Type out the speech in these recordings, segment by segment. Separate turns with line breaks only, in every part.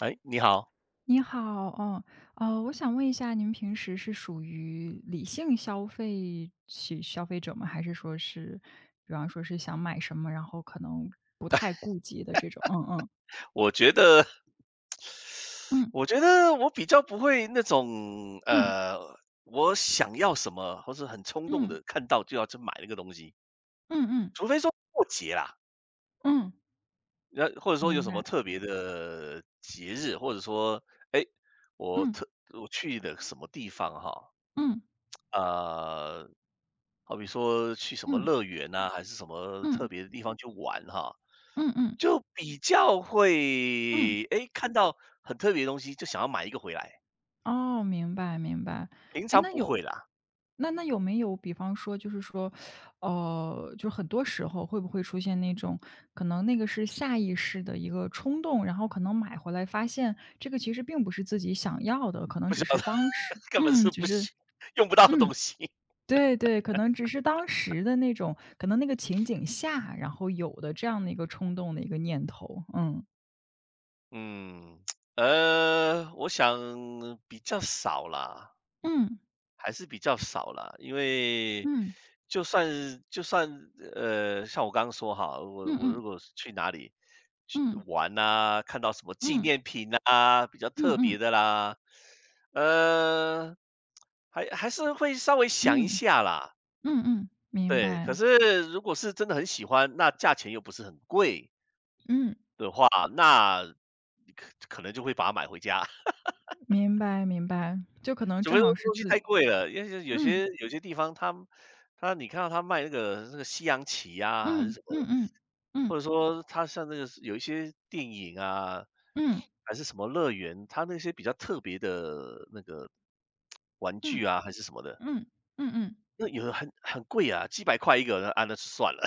哎，你好，
你好，嗯，我想问一下，您平时是属于理性消费起消费者吗？还是说是，比方说是想买什么，然后可能不太顾及的这种？嗯
我觉得，
嗯
我觉得我比较不会那种，
嗯
我想要什么，或是很冲动
嗯
的看到就要去买那个东西，
嗯嗯嗯
除非说过节啦，
嗯，
那或者说有
明
什么
白。
特别的节日，或者说，哎，我
嗯
特我去的什么地方哈，
嗯
呃，好比说去什么
嗯
乐园啊，还是什么特
嗯
别的地方去玩哈，
嗯嗯
就比较
嗯。
会，诶，看到很特别的东西就想要买一个回来，
哦，明白明白。
平
哎，
常
那
不
有
会啦，
那那有没有比方说就是说，就很多时候会不会出现那种，可能那个是下意识的一个冲动，然后可能买回来发现这个其实并不是自己想要的，可能
不
只
知道
是当时
根本是
只
不
是
行，用不到的
嗯，
东西。
对对，可能只是当时的那种可能那个情景下，然后有的这样的一个冲动的一个念头，嗯。
嗯，我想比较少啦，
嗯，
还是比较少啦，因为
嗯，
就算像我刚刚说哈，我
嗯
我
嗯，
如果是去哪里去
嗯，
玩呐、看到什么纪
嗯，
念品啊，比较
嗯，嗯
特别
嗯
的啦，呃，还是会稍微想一
嗯。
下啦。
嗯嗯，明
对，
白，
可是如果是真的很喜欢，那价钱又不是很贵
嗯，
的话，那可能就会把它买回家。
明白明白，就可能
除
正
非
好
说
是
东西
自
太贵了，因为就是有
嗯，
些有些地方他你看到他卖那个西洋棋呀，还是
嗯，
什
嗯
么的，
嗯，嗯，
或者说他像那个有一些电影啊，
嗯，
还是什么乐园，他那些比较特别的那个玩具
嗯，
啊，还是什么的，
嗯，嗯嗯，
那有的很贵啊，几百块一个，那啊，那就算了。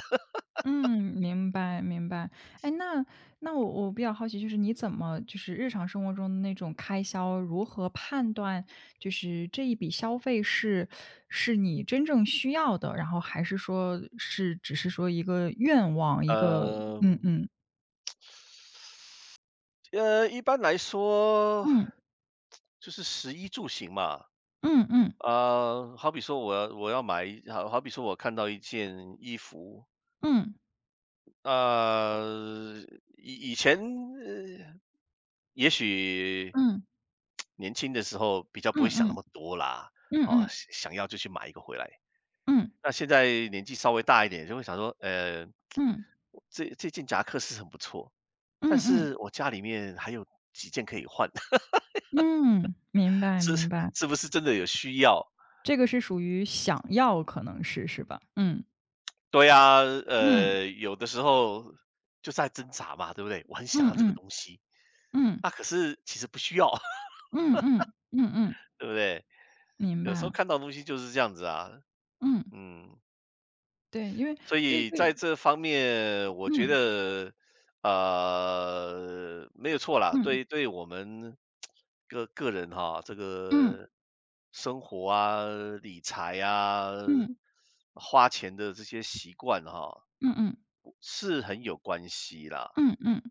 嗯，明白明白。哎，那我比较好奇，就是你怎么就是日常生活中的那种开销，如何判断就是这一笔消费是是你真正需要的，然后还是说是只是说一个愿望，一个
呃
嗯嗯，
一般来说
嗯，
就是食衣住行嘛。
嗯嗯，
啊，好比说我要买好比说我看到一件衣服，
嗯，
呃，以前，也许
嗯，
年轻的时候比较不
嗯
会
嗯
想那
嗯。
么多啦，
嗯
啊，
嗯，
想要就去买一个回来。
嗯，
那现在年纪稍微大一点，就会想说，
嗯，
这件夹克是很不错，但
嗯嗯，
是我家里面还有几件可以换，
嗯，明白
是
明白，
是不是真的有需要？
这个是属于想要可能是，是吧？嗯，
对呀，
嗯，
有的时候就在挣扎嘛，对不对？我很想
嗯
要这个
嗯，
东西，
嗯，
那可是其实不需要，
嗯嗯，嗯嗯，
对不对？
明
有时候
白
看到的东西就是这样子啊，
嗯，
嗯，
对，因为
所
对
以
对，
在这方面，我觉
嗯，
得，没有错啦，
嗯，
对，对我们个人哈，这
嗯，
个生活啊、理财啊、
嗯，
花钱的这些习惯哈，
嗯嗯，
是很有关系啦。
嗯嗯，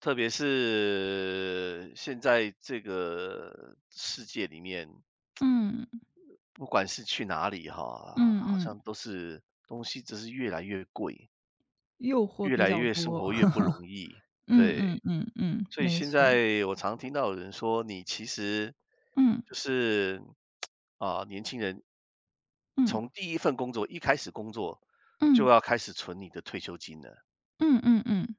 特别是现在这个世界里面，
嗯，
不管是去哪里哈，
嗯
好
嗯，
像都是东西只是越来越贵，
诱惑
越
比
来
较
越生
多。
活越不 容易。
嗯嗯
对，
嗯嗯，
所以
没
现
错。
在我常听到有人说，你其实
嗯，
就是 啊、年轻人
嗯，
从第一份工作一开始工作就
嗯。
要开始存你的退休金了。
嗯嗯嗯，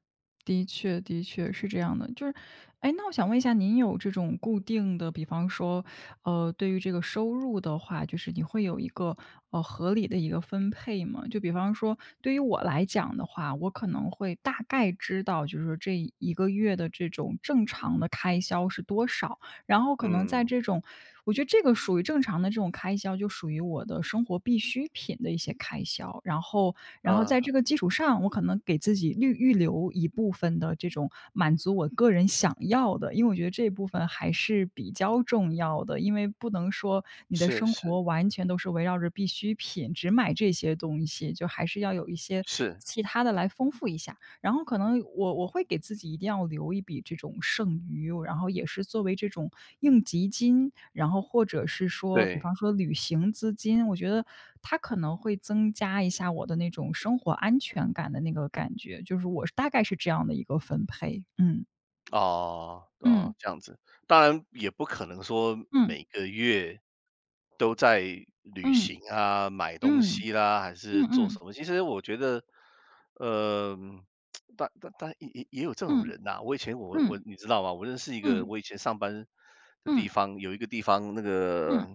的确的确是这样的。就是，哎，那我想问一下，您有这种固定的，比方说，对于这个收入的话，就是你会有一个合理的一个分配吗？就比方说，对于我来讲的话，我可能会大概知道，就是说这一个月的这种正常的开销是多少，然后可能在
嗯，
这种，我觉得这个属于正常的这种开销，就属于我的生活必需品的一些开销。然后然后在这
啊、
个基础上，我可能给自己预留一部分的这种满足我个人想要的，因为我觉得这部分还是比较重要的。因为不能说你的
是
生
是
活完全都是围绕着必需品，只买这些东西，就还是要有一些
是，
其他的来丰富一下。然后可能我会给自己一定要留一笔这种剩余，然后也是作为这种应急金，然后或者是说，比
对。
方说旅行资金，我觉得它可能会增加一下我的那种生活安全感的那个感觉，就是我是大概是这样的一个分配。嗯
哦，
嗯
哦，这样子。当然也不可能说
嗯
每个月都在旅
嗯
行啊、买东
嗯
西啦，还是
嗯
做什
嗯
么。其实我觉得，呃，但也有这种人呐、我以前
嗯
你知道吗？我认识一个，
嗯
我以前上班的地
嗯
方有一个地方，那
嗯
个
嗯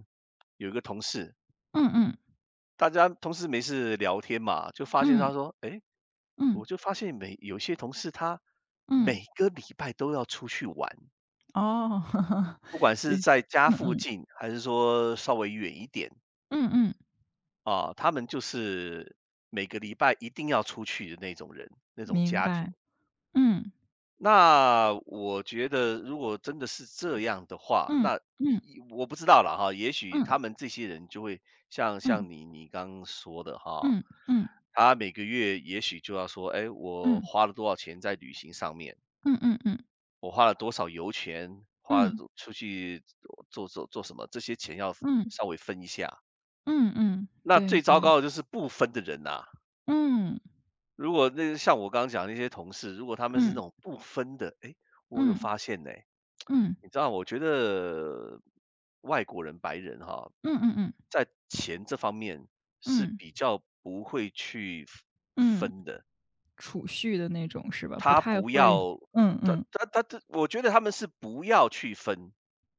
有一个同事，
嗯
大家同事没事聊天嘛，就发现
嗯
他说，哎，
嗯
我就发现有些同事他
嗯，
每个礼拜都要出去玩。
哦，
不管
就
是
是
在家
嗯
附
嗯
近，还是说稍微远一点
嗯嗯，
啊，他们就是每个礼拜一定要出去的那种人，那种
明
家庭。
白。嗯，
那我觉得，如果真的是这样的话，
嗯，
那一
嗯，
一我不知道了哈，也许
嗯，
他们这些人就会像
嗯，
像你刚刚说的哈，
嗯，嗯，
他每个月也许就要说，哎，我
嗯，
花了多少钱在旅行上面。
嗯，嗯，嗯，
我花了多少油钱，花了
嗯，
多出去做什么，这些钱要
嗯，
稍微分一下。
嗯，嗯，
那
对
最糟
对，
糕的就是不分的人呐、
嗯，
如果那像我刚刚讲的那些同事，如果他们是那
嗯，
种不分的，诶，我有
嗯，
发现呢、你
嗯，
知道，我觉得外国人白人哈，
嗯，嗯，
在钱这方面是
嗯，
比较不会去
嗯，
分的。
储蓄的那种是吧？不
他
太
不
会
要，
嗯
他
嗯，
他，我觉得他们是不要去分，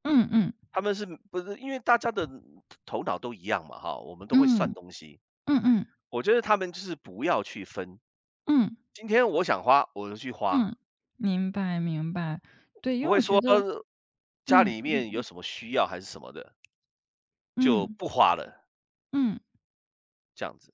嗯嗯，
他们是不是因为大家的头脑都一样嘛哈，我们都会算
嗯，
东西。
嗯嗯，
我觉得他们就是不要去分，
嗯，
今天我想花我就去花，
嗯，明白明白，对，因
不
为
会
我觉
说
得，
家
嗯，
里面有什么需要还是什么的就
嗯，
不花了
嗯。
这样子。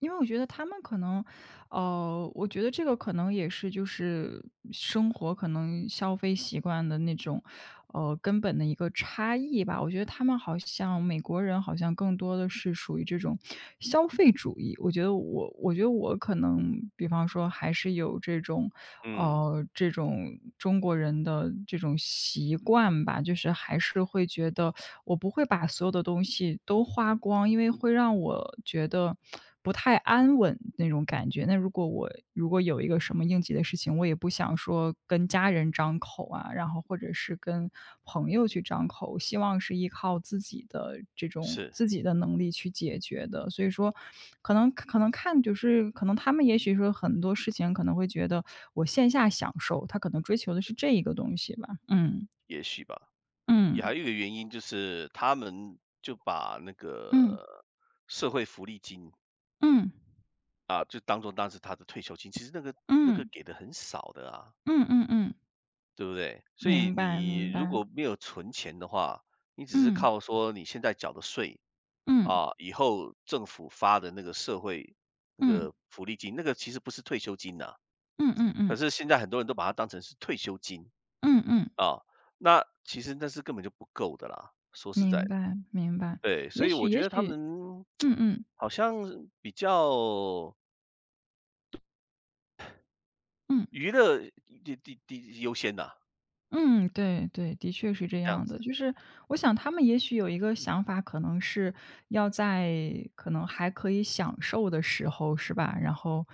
因为我觉得他们可能，我觉得这个可能也是就是生活可能消费习惯的那种，根本的一个差异吧。我觉得他们好像美国人好像更多的是属于这种消费主义。我觉得我可能，比方说还是有这种，
嗯，
呃，这种中国人的这种习惯吧，就是还是会觉得我不会把所有的东西都花光，因为会让我觉得。不太安稳那种感觉。那如果有一个什么应急的事情，我也不想说跟家人张口啊，然后或者是跟朋友去张口，希望是依靠自己的这种
是，
自己的能力去解决的。所以说，可能看就是可能他们也许说很多事情可能会觉得我线下享受，他可能追求的是这一个东西吧。嗯
也许吧。也
嗯
还有一个原因就是他们就把那
嗯
个社会福利金
嗯
啊，就当做当时他的退休金，其实那个
嗯
给的很少的啊。
嗯嗯嗯，
对不对？所以
明白
你
明
如
白，
果没有存钱的话，你只是
嗯
靠说你现在缴的税
嗯
啊，以后政府发的那个社会那
嗯。
个福利金，那个其实不是退休金呐、
嗯嗯嗯，
可是现在很多人都把它当成是退休金
嗯嗯，
啊，那其实那是根本就不够的啦。说实在
明
的，
白明白。
对，所
也
以
许
我
也
觉得他
许
们
嗯嗯，
好像是比较
嗯，
娱乐第优先呐、
嗯，对对，的确是这
这样
样的。
子，
就是我想他们也许有一个想法，可能是要在可能还可以享受的时候，是吧？然后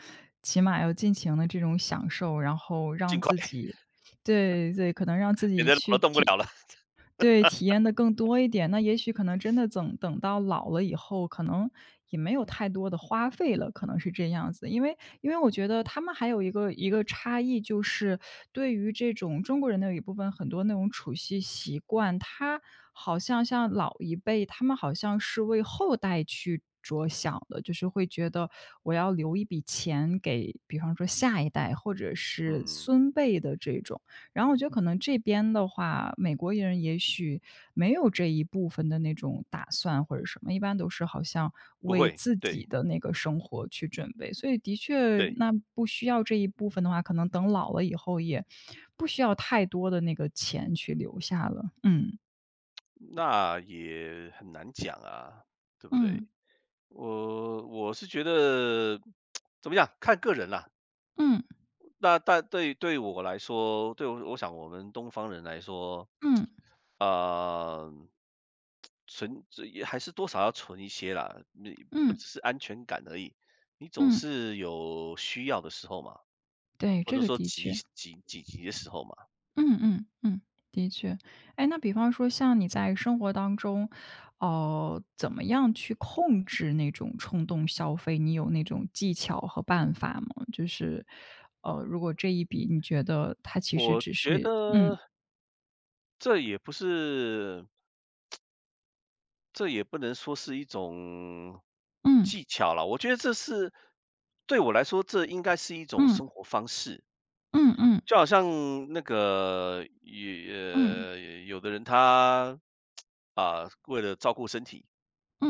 起码要尽情的这种享受，然后让
尽快，
自 己对对，可能让自
免
己
得老了动不了了。
对，体验的更多一点，那也许可能真的等到老了以后，可能也没有太多的花费了，可能是这样子。因为我觉得他们还有一个差异，就是对于这种中国人的有一部分很多那种储蓄习惯，他像老一辈，他们好像是为后代去着想的，就是会觉得我要留一笔钱给，比方说下一代或者是
嗯，
孙辈的这种。然后我觉得可能这边的话，美国人也许没有这一部分的那种打算或者什么，一般都是好像
不
为
会，
自
对
己的那个生活去准备。所以的确，
对。
那不需要这一部分的话，可能等老了以后也不需要太多的那个钱去留下了。嗯，
那也很难讲啊，对不
嗯，
对？我是觉得 怎么样？看个人啦。
嗯，
那但对对我来说，对我想我们东方人来说，
嗯，
啊、存这也还是多少要存一些啦，你不
嗯，
只是安全感而已，你总
嗯，
是有需要的时候嘛，
对，
或
这
者
个
说
的确。
紧急的时候嘛。我觉得这也不是这也不能说是一种技巧了，我觉得这是对我来说，这应该是一种生活方式。就好像那个也有的人他啊，为了照顾身体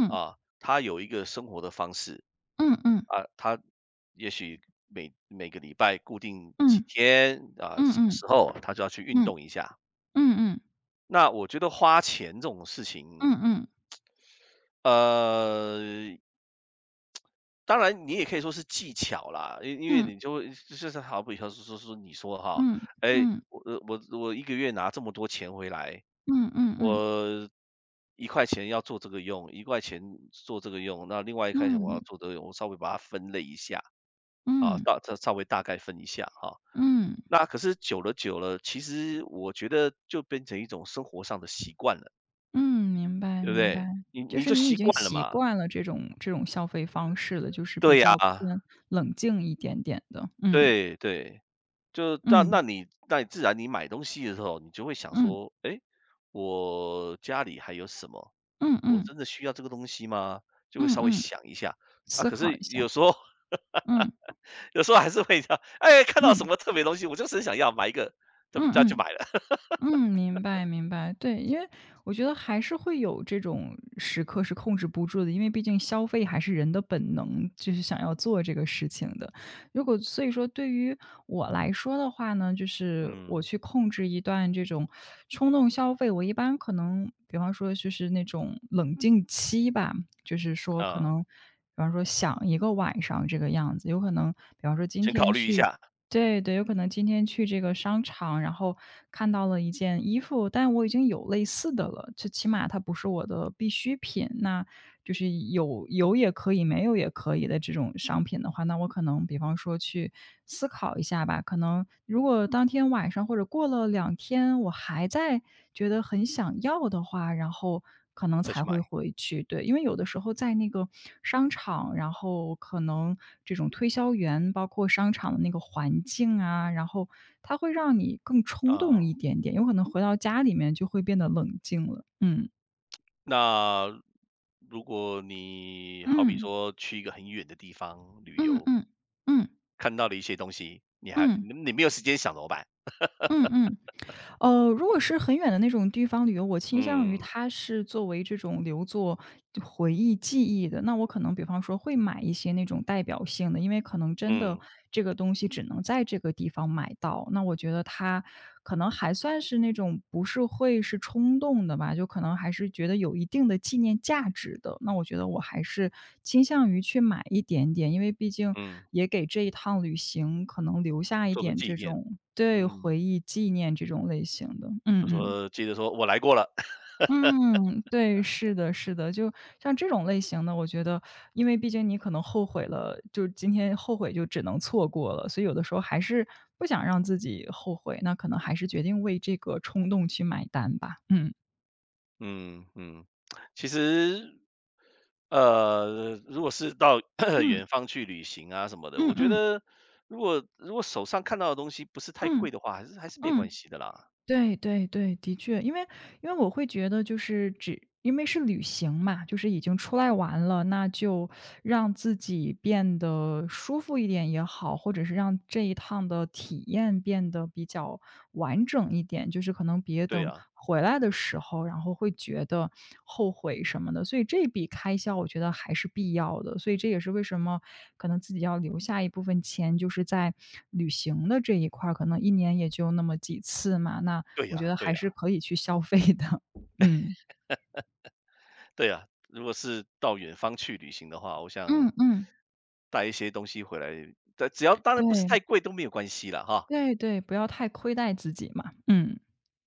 啊，他有一个生活的方式啊，他也许每个礼拜固定几天啊，什么时候他就要去运动一下。那我觉得花钱这种事情，呃，当然，你也可以说是技巧啦，因为你就会就是好比说说你说哈，哎，我一个月拿这么多钱回来，我一块钱要做这个用，一块钱做这个用，那另外一块钱我要做这个用，我稍微把它分类一下啊，稍微大概分一下哈、那可是久了，其实我觉得就变成一种生活上的习惯了，
嗯，明白
对不
明
对？
白，
你
就
你
是
就
你已
习
经
惯了
习
嘛，
惯了这种消费方式了，就是比
对
较
呀、
偏冷静一点点的，嗯
对对。就那
嗯
那你自然你买东西的时候，你就会想
嗯
说，哎，我家里还有什么？
嗯
我
嗯
真的需要这个东西吗？就会
嗯
稍微
嗯，
想一下。啊，
思
可
考
是
一下，
有时候
嗯
有时候还是会这样，哎，看到什
嗯
么特别东西，我就是很想要买一个，就
嗯
这样就
嗯。
买了。
嗯，明白明白。对，因为我觉得还是会有这种时刻是控制不住的，因为毕竟消费还是人的本能，就是想要做这个事情的。所以说对于我来说的话呢，就是我
嗯，
去控制一段这种冲动消费，我一般可能比方说就是那种冷静期吧，就是说可
啊，
能比方说想一个晚上这个样子，有可能比方说今
先考
天
虑一
去
下
对对，有可能今天去这个商场，然后看到了一件衣服，但我已经有类似的了，就起码它不是我的必需品。那就是有也可以，没有也可以的这种商品的话，那我可能比方说去思考一下吧。可能如果当天晚上或者过了2天，我还在觉得很想要的话，然后可能
再
才
去
会
买。
回去。对，因为有的时候在那个商场，然后可能这种推销员，包括商场的那个环境啊，然后它会让你更冲
啊，
动一点点，有可能回到家里面就会变得冷静了。嗯。
那如果你好比
嗯，
说去一个很远的地方旅
嗯
游，
嗯，嗯。
看到了一些东西，你还
嗯，
你你没有时间想怎么办？
嗯嗯。如果是很远的那种地方旅游，我倾向于
嗯
它是作为这种留作就回忆记忆的。那我可能比方说会买一些那种代表性的，因为可能真的
嗯。
这个东西只能在这个地方买到，那我觉得它可能还算是那种不是会是冲动的吧，就可能还是觉得有一定的纪念价值的。那我觉得我还是倾向于去买一点点，因为毕竟
嗯，
也给这一趟旅行可能留下一
做个
点
纪
这
念，
种对，
嗯，
回忆纪念这种类型的，嗯
我
嗯。
说记得说我来过了，
嗯，对，是的，是的，就像这种类型的，我觉得，因为毕竟你可能后悔了，就今天后悔就只能错过了，所以有的时候还是不想让自己后悔，那可能还是决定为这个冲动去买单吧。嗯，
嗯嗯，其实，如果是到
嗯，
远方去旅行啊什么的，
嗯
我
嗯
觉
嗯
得如果手上看到的东西不是太
嗯
贵的话，还是没有
嗯。
关系的啦。
对对对，的确，因为我会觉得就是只因为是旅行嘛，就是已经出来玩了，那就让自己变得舒服一点也好，或者是让这一趟的体验变得比较完整一点。就是可能别
对
等
呀、
回来的时候，然后会觉得后悔什么的，所以这笔开销我觉得还是必要的。所以这也是为什么可能自己要留下一部分钱，就是在旅行的这一块儿，可能一年也就那么几次嘛，那
对
我觉
呀、
得
对
还是
呀、
可以去消费的。嗯。
对呀、如果是到远方去旅行的话，我想
嗯嗯，
带一些东西回来，但只要当然不是
对，
太贵都没有关系啦，哈。
对对，不要太亏待自己嘛。嗯。